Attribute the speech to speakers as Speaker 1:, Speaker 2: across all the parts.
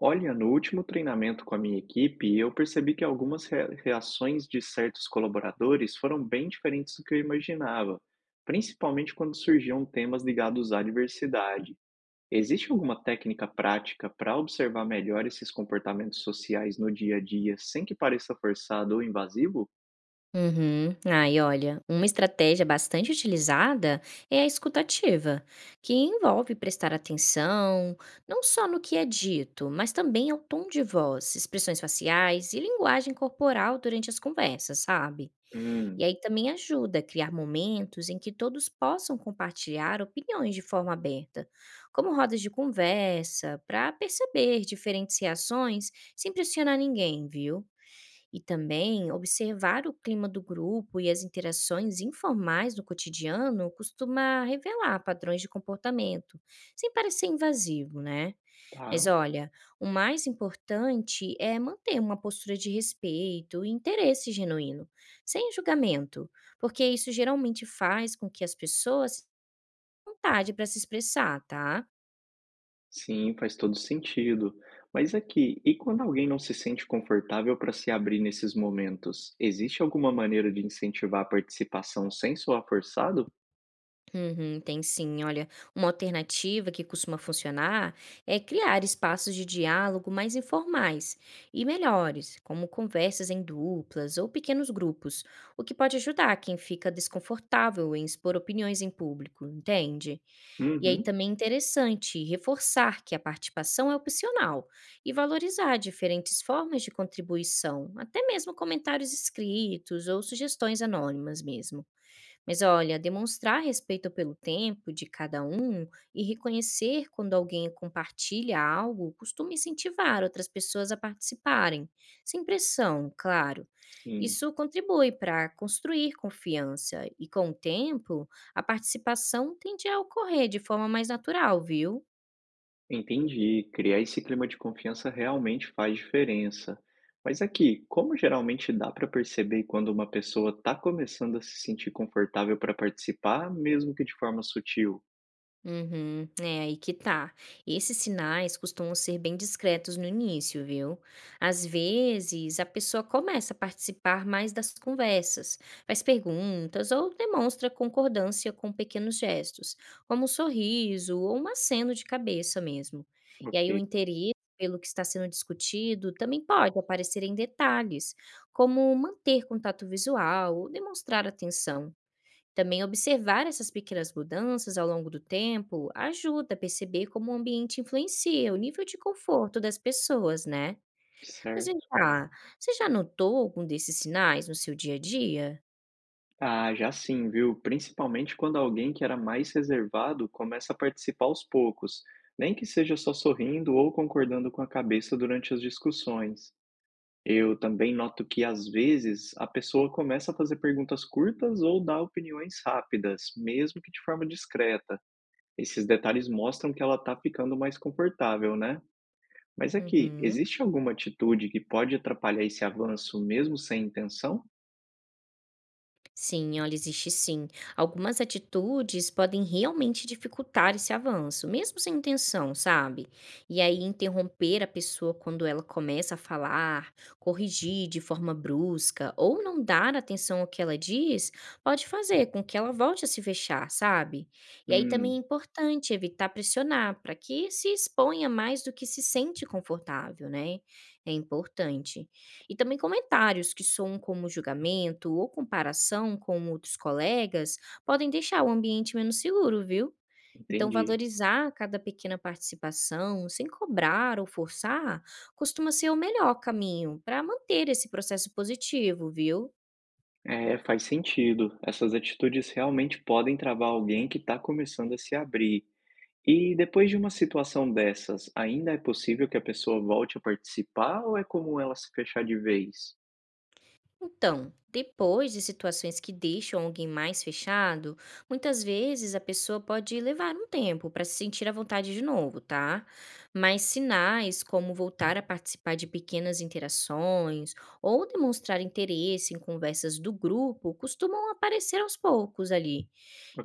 Speaker 1: Olha, no último treinamento com a minha equipe, eu percebi que algumas reações de certos colaboradores foram bem diferentes do que eu imaginava, principalmente quando surgiam temas ligados à diversidade. Existe alguma técnica prática para observar melhor esses comportamentos sociais no dia a dia sem que pareça forçado ou invasivo?
Speaker 2: Uhum. Ai, olha, uma estratégia bastante utilizada é a escutativa, que envolve prestar atenção não só no que é dito, mas também ao tom de voz, expressões faciais e linguagem corporal durante as conversas, sabe? E
Speaker 1: Hum,
Speaker 2: aí também ajuda a criar momentos em que todos possam compartilhar opiniões de forma aberta, como rodas de conversa, para perceber diferentes reações sem pressionar ninguém, viu? E também observar o clima do grupo e as interações informais no cotidiano costuma revelar padrões de comportamento, sem parecer invasivo, né? Mas
Speaker 1: tá.
Speaker 2: olha, o mais importante é manter uma postura de respeito e interesse genuíno, sem julgamento, porque isso geralmente faz com que as pessoas tenham vontade para se expressar, tá?
Speaker 1: Sim, faz todo sentido. Mas aqui, e quando alguém não se sente confortável para se abrir nesses momentos, existe alguma maneira de incentivar a participação sem soar forçado?
Speaker 2: Uhum, tem sim. Olha, uma alternativa que costuma funcionar é criar espaços de diálogo mais informais e melhores, como conversas em duplas ou pequenos grupos, o que pode ajudar quem fica desconfortável em expor opiniões em público, entende? E aí
Speaker 1: Uhum,
Speaker 2: também é interessante reforçar que a participação é opcional e valorizar diferentes formas de contribuição, até mesmo comentários escritos ou sugestões anônimas mesmo. Mas olha, demonstrar respeito pelo tempo de cada um e reconhecer quando alguém compartilha algo costuma incentivar outras pessoas a participarem, sem pressão, claro.
Speaker 1: sim.
Speaker 2: Isso contribui para construir confiança e, com o tempo, a participação tende a ocorrer de forma mais natural, viu?
Speaker 1: Entendi. Criar esse clima de confiança realmente faz diferença. Mas aqui, como geralmente dá para perceber quando uma pessoa está começando a se sentir confortável para participar, mesmo que de forma sutil?
Speaker 2: Uhum, é aí que tá. Esses sinais costumam ser bem discretos no início, viu? Às vezes, a pessoa começa a participar mais das conversas, faz perguntas ou demonstra concordância com pequenos gestos, como um sorriso ou um aceno de cabeça mesmo. E aí, o
Speaker 1: Ok,
Speaker 2: interesse pelo que está sendo discutido também pode aparecer em detalhes, como manter contato visual ou demonstrar atenção. Também observar essas pequenas mudanças ao longo do tempo ajuda a perceber como o ambiente influencia o nível de conforto das pessoas, né? Mas vem
Speaker 1: certo.
Speaker 2: cá, você já notou algum desses sinais no seu dia a dia?
Speaker 1: Ah, já sim, viu? Principalmente quando alguém que era mais reservado começa a participar aos poucos, nem que seja só sorrindo ou concordando com a cabeça durante as discussões. Eu também noto que às vezes a pessoa começa a fazer perguntas curtas ou dá opiniões rápidas, mesmo que de forma discreta. Esses detalhes mostram que ela está ficando mais confortável, né? Mas aqui,
Speaker 2: Uhum.
Speaker 1: existe alguma atitude que pode atrapalhar esse avanço mesmo sem intenção?
Speaker 2: Sim, olha, existe sim. Algumas atitudes podem realmente dificultar esse avanço, mesmo sem intenção, sabe? E aí, interromper a pessoa quando ela começa a falar, corrigir de forma brusca ou não dar atenção ao que ela diz, pode fazer com que ela volte a se fechar, sabe? E aí também é
Speaker 1: Hum,
Speaker 2: importante evitar pressionar para que se exponha mais do que se sente confortável, né? É importante. E também comentários que soam como julgamento ou comparação com outros colegas podem deixar o ambiente menos seguro, viu? Então,
Speaker 1: entendi.
Speaker 2: valorizar cada pequena participação, sem cobrar ou forçar, costuma ser o melhor caminho para manter esse processo positivo, viu?
Speaker 1: É, faz sentido. Essas atitudes realmente podem travar alguém que está começando a se abrir. E depois de uma situação dessas, ainda é possível que a pessoa volte a participar ou é comum ela se fechar de vez?
Speaker 2: Então, depois de situações que deixam alguém mais fechado, muitas vezes a pessoa pode levar um tempo para se sentir à vontade de novo, tá? Mas sinais como voltar a participar de pequenas interações ou demonstrar interesse em conversas do grupo costumam aparecer aos poucos ali.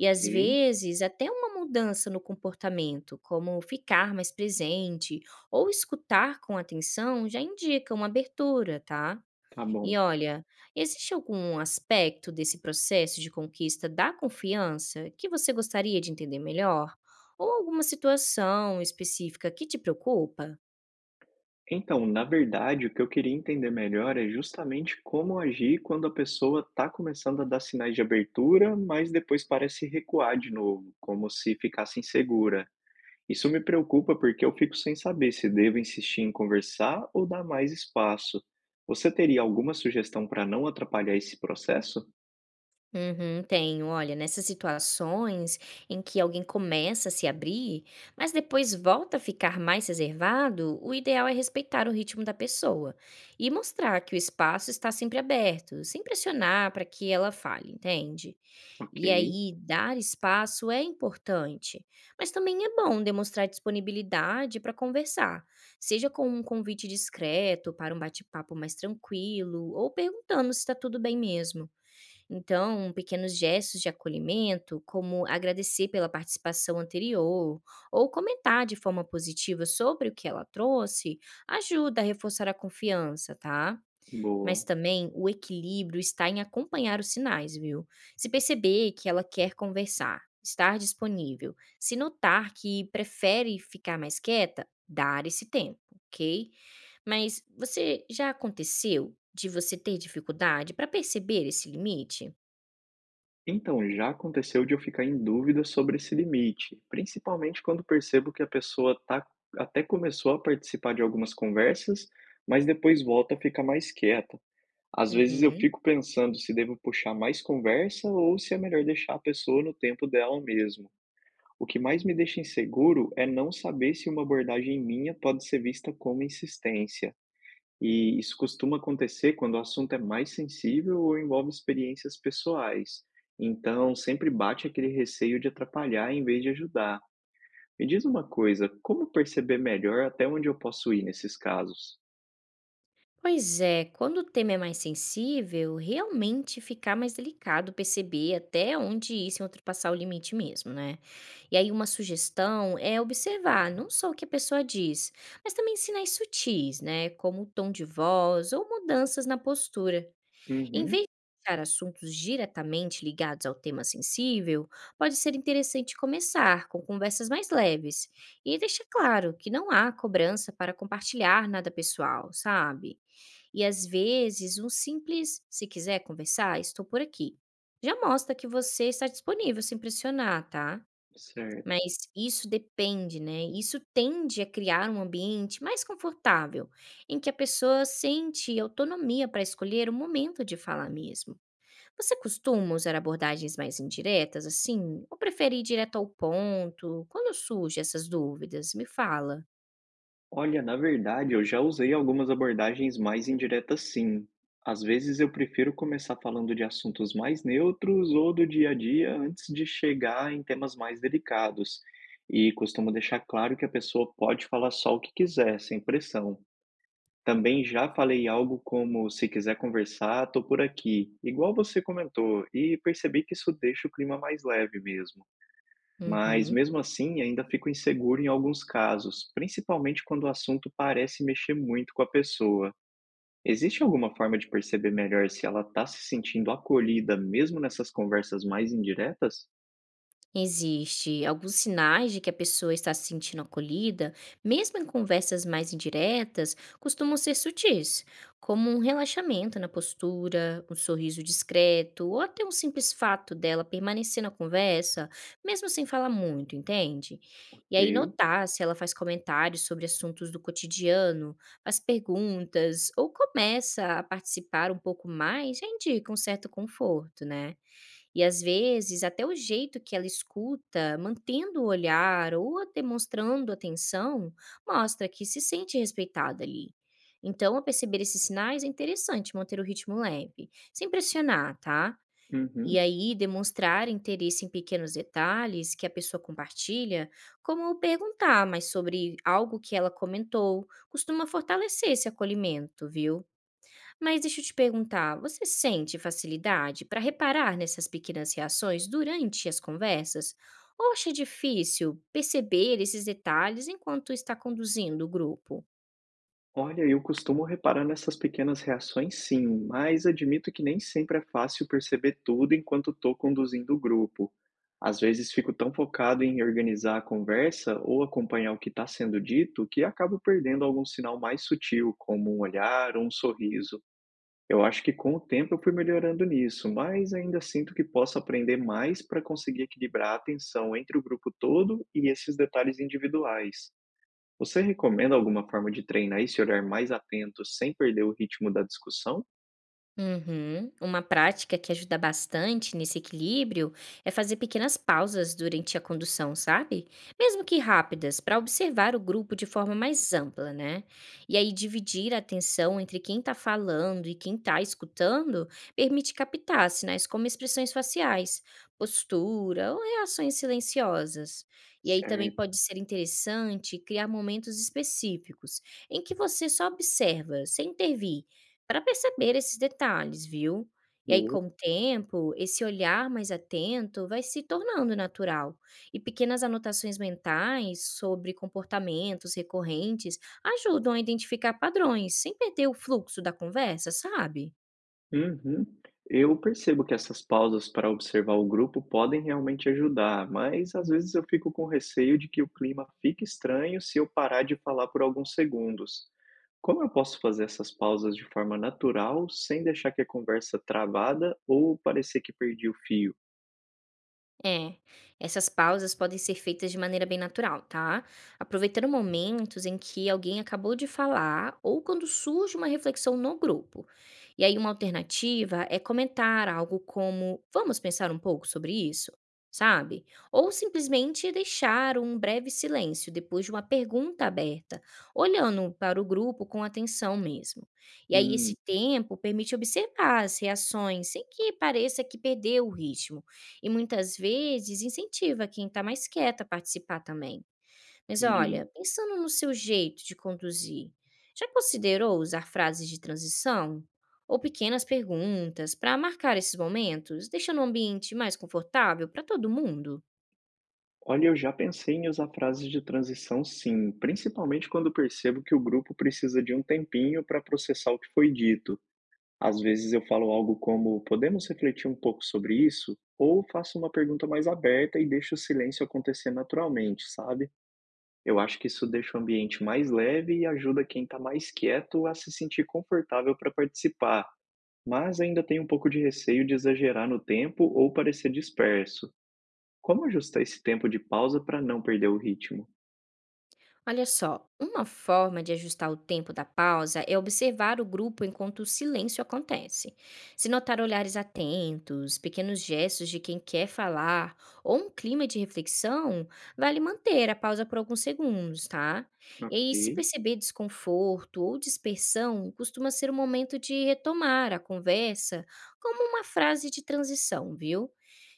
Speaker 2: E às vezes até uma mudança no comportamento, como ficar mais presente ou escutar com atenção, já indica uma abertura, tá?
Speaker 1: tá
Speaker 2: E
Speaker 1: bom.
Speaker 2: olha, existe algum aspecto desse processo de conquista da confiança que você gostaria de entender melhor? Ou alguma situação específica que te preocupa?
Speaker 1: Então, na verdade, o que eu queria entender melhor é justamente como agir quando a pessoa está começando a dar sinais de abertura, mas depois parece recuar de novo, como se ficasse insegura. Isso me preocupa porque eu fico sem saber se devo insistir em conversar ou dar mais espaço. Você teria alguma sugestão para não atrapalhar esse processo?
Speaker 2: Uhum, tenho. Olha, nessas situações em que alguém começa a se abrir, mas depois volta a ficar mais reservado, o ideal é respeitar o ritmo da pessoa e mostrar que o espaço está sempre aberto, sem pressionar para que ela fale, entende?
Speaker 1: Ok,
Speaker 2: E aí, dar espaço é importante, mas também é bom demonstrar disponibilidade para conversar, seja com um convite discreto para um bate-papo mais tranquilo ou perguntando se está tudo bem mesmo. Então, pequenos gestos de acolhimento, como agradecer pela participação anterior ou comentar de forma positiva sobre o que ela trouxe, ajuda a reforçar a confiança, tá? Mas
Speaker 1: boa.
Speaker 2: também o equilíbrio está em acompanhar os sinais, viu? Se perceber que ela quer conversar, estar disponível, se notar que prefere ficar mais quieta, dar esse tempo, ok? Mas você já aconteceu de você ter dificuldade para perceber esse limite?
Speaker 1: Então, já aconteceu de eu ficar em dúvida sobre esse limite, principalmente quando percebo que a pessoa tá, até começou a participar de algumas conversas, mas depois volta a ficar mais quieta. Às vezes eu
Speaker 2: Uhum.
Speaker 1: fico pensando se devo puxar mais conversa ou se é melhor deixar a pessoa no tempo dela mesmo. O que mais me deixa inseguro é não saber se uma abordagem minha pode ser vista como insistência. E isso costuma acontecer quando o assunto é mais sensível ou envolve experiências pessoais. Então, sempre bate aquele receio de atrapalhar em vez de ajudar. Me diz uma coisa, como perceber melhor até onde eu posso ir nesses casos?
Speaker 2: Pois é, quando o tema é mais sensível, realmente fica mais delicado perceber até onde ir sem ultrapassar o limite mesmo, né? E aí uma sugestão é observar não só o que a pessoa diz, mas também sinais sutis, né? Como o tom de voz ou mudanças na postura. Em vez
Speaker 1: Uhum,
Speaker 2: de puxar assuntos diretamente ligados ao tema sensível, pode ser interessante começar com conversas mais leves e deixar claro que não há cobrança para compartilhar nada pessoal, sabe? E às vezes, um simples se quiser conversar, estou por aqui. Já mostra que você está disponível sem pressionar, tá?
Speaker 1: certo.
Speaker 2: Mas isso depende, né? Isso tende a criar um ambiente mais confortável, em que a pessoa sente autonomia para escolher o momento de falar mesmo. Você costuma usar abordagens mais indiretas, assim? Ou prefere ir direto ao ponto? Quando surgem essas dúvidas, me fala.
Speaker 1: Olha, na verdade, eu já usei algumas abordagens mais indiretas, sim. Às vezes eu prefiro começar falando de assuntos mais neutros ou do dia a dia antes de chegar em temas mais delicados. E costumo deixar claro que a pessoa pode falar só o que quiser, sem pressão. Também já falei algo como: se quiser conversar, tô por aqui, igual você comentou, e percebi que isso deixa o clima mais leve mesmo. Mas
Speaker 2: Uhum.
Speaker 1: mesmo assim, ainda fico inseguro em alguns casos, principalmente quando o assunto parece mexer muito com a pessoa. Existe alguma forma de perceber melhor se ela está se sentindo acolhida, mesmo nessas conversas mais indiretas?
Speaker 2: Existe alguns sinais de que a pessoa está se sentindo acolhida, mesmo em conversas mais indiretas, costumam ser sutis, como um relaxamento na postura, um sorriso discreto ou até um simples fato dela permanecer na conversa, mesmo sem falar muito, entende? E
Speaker 1: Ok.
Speaker 2: aí notar se ela faz comentários sobre assuntos do cotidiano, faz perguntas ou começa a participar um pouco mais, já indica um certo conforto, né? E às vezes até o jeito que ela escuta, mantendo o olhar ou demonstrando atenção, mostra que se sente respeitada ali. Então, ao perceber esses sinais, é interessante manter o ritmo leve, sem pressionar, tá? E
Speaker 1: Uhum.
Speaker 2: aí demonstrar interesse em pequenos detalhes que a pessoa compartilha, como perguntar mais sobre algo que ela comentou, costuma fortalecer esse acolhimento, viu? Mas deixa eu te perguntar, você sente facilidade para reparar nessas pequenas reações durante as conversas? Ou acha difícil perceber esses detalhes enquanto está conduzindo o grupo?
Speaker 1: Olha, eu costumo reparar nessas pequenas reações sim, mas admito que nem sempre é fácil perceber tudo enquanto estou conduzindo o grupo. Às vezes fico tão focado em organizar a conversa ou acompanhar o que está sendo dito que acabo perdendo algum sinal mais sutil, como um olhar ou um sorriso. Eu acho que com o tempo eu fui melhorando nisso, mas ainda sinto que posso aprender mais para conseguir equilibrar a atenção entre o grupo todo e esses detalhes individuais. Você recomenda alguma forma de treinar esse olhar mais atento sem perder o ritmo da discussão?
Speaker 2: Uhum. Uma prática que ajuda bastante nesse equilíbrio é fazer pequenas pausas durante a condução, sabe? Mesmo que rápidas, para observar o grupo de forma mais ampla, né? E aí dividir a atenção entre quem está falando e quem está escutando permite captar sinais como expressões faciais, postura ou reações silenciosas. E aí também pode
Speaker 1: Certo,
Speaker 2: ser interessante criar momentos específicos em que você só observa, sem intervir para perceber esses detalhes, viu? E aí,
Speaker 1: boa.
Speaker 2: com o tempo, esse olhar mais atento vai se tornando natural. E pequenas anotações mentais sobre comportamentos recorrentes ajudam a identificar padrões sem perder o fluxo da conversa, sabe?
Speaker 1: Uhum. Eu percebo que essas pausas para observar o grupo podem realmente ajudar, mas às vezes eu fico com receio de que o clima fique estranho se eu parar de falar por alguns segundos. Como eu posso fazer essas pausas de forma natural, sem deixar que a conversa travada ou parecer que perdi o fio?
Speaker 2: É, essas pausas podem ser feitas de maneira bem natural, tá? Aproveitando momentos em que alguém acabou de falar ou quando surge uma reflexão no grupo. E aí, uma alternativa é comentar algo como: vamos pensar um pouco sobre isso, sabe? Ou simplesmente deixar um breve silêncio depois de uma pergunta aberta, olhando para o grupo com atenção mesmo. E aí, esse
Speaker 1: Hum,
Speaker 2: tempo permite observar as reações sem que pareça que perdeu o ritmo e muitas vezes incentiva quem está mais quieto a participar também. Mas
Speaker 1: entendi.
Speaker 2: olha, pensando no seu jeito de conduzir, já considerou usar frases de transição? Ou pequenas perguntas para marcar esses momentos, deixando o ambiente mais confortável para todo mundo?
Speaker 1: Olha, eu já pensei em usar frases de transição sim, principalmente quando percebo que o grupo precisa de um tempinho para processar o que foi dito. Às vezes eu falo algo como: podemos refletir um pouco sobre isso? Ou faço uma pergunta mais aberta e deixo o silêncio acontecer naturalmente, sabe? Eu acho que isso deixa o ambiente mais leve e ajuda quem está mais quieto a se sentir confortável para participar, mas ainda tenho um pouco de receio de exagerar no tempo ou parecer disperso. Como ajustar esse tempo de pausa para não perder o ritmo?
Speaker 2: Olha só, uma forma de ajustar o tempo da pausa é observar o grupo enquanto o silêncio acontece. Se notar olhares atentos, pequenos gestos de quem quer falar ou um clima de reflexão, vale manter a pausa por alguns segundos, tá? E
Speaker 1: Ok,
Speaker 2: aí, se perceber desconforto ou dispersão, costuma ser o momento de retomar a conversa como uma frase de transição, viu?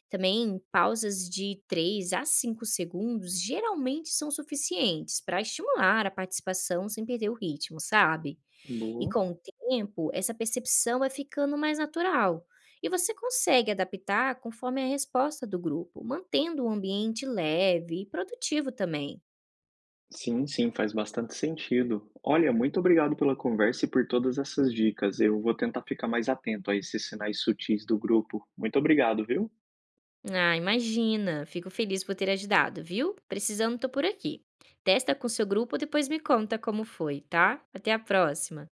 Speaker 2: Também pausas de 3 a 5 segundos geralmente são suficientes para estimular a participação sem perder o ritmo, sabe? E
Speaker 1: boa.
Speaker 2: com o tempo, essa percepção vai ficando mais natural e você consegue adaptar conforme a resposta do grupo, mantendo o ambiente leve e produtivo também.
Speaker 1: Sim, sim, faz bastante sentido. Olha, muito obrigado pela conversa e por todas essas dicas. Eu vou tentar ficar mais atento a esses sinais sutis do grupo. Muito obrigado, viu?
Speaker 2: Ah, imagina! Fico feliz por ter ajudado, viu? Precisando, tô por aqui. Testa com seu grupo, depois me conta como foi, tá? Até a próxima!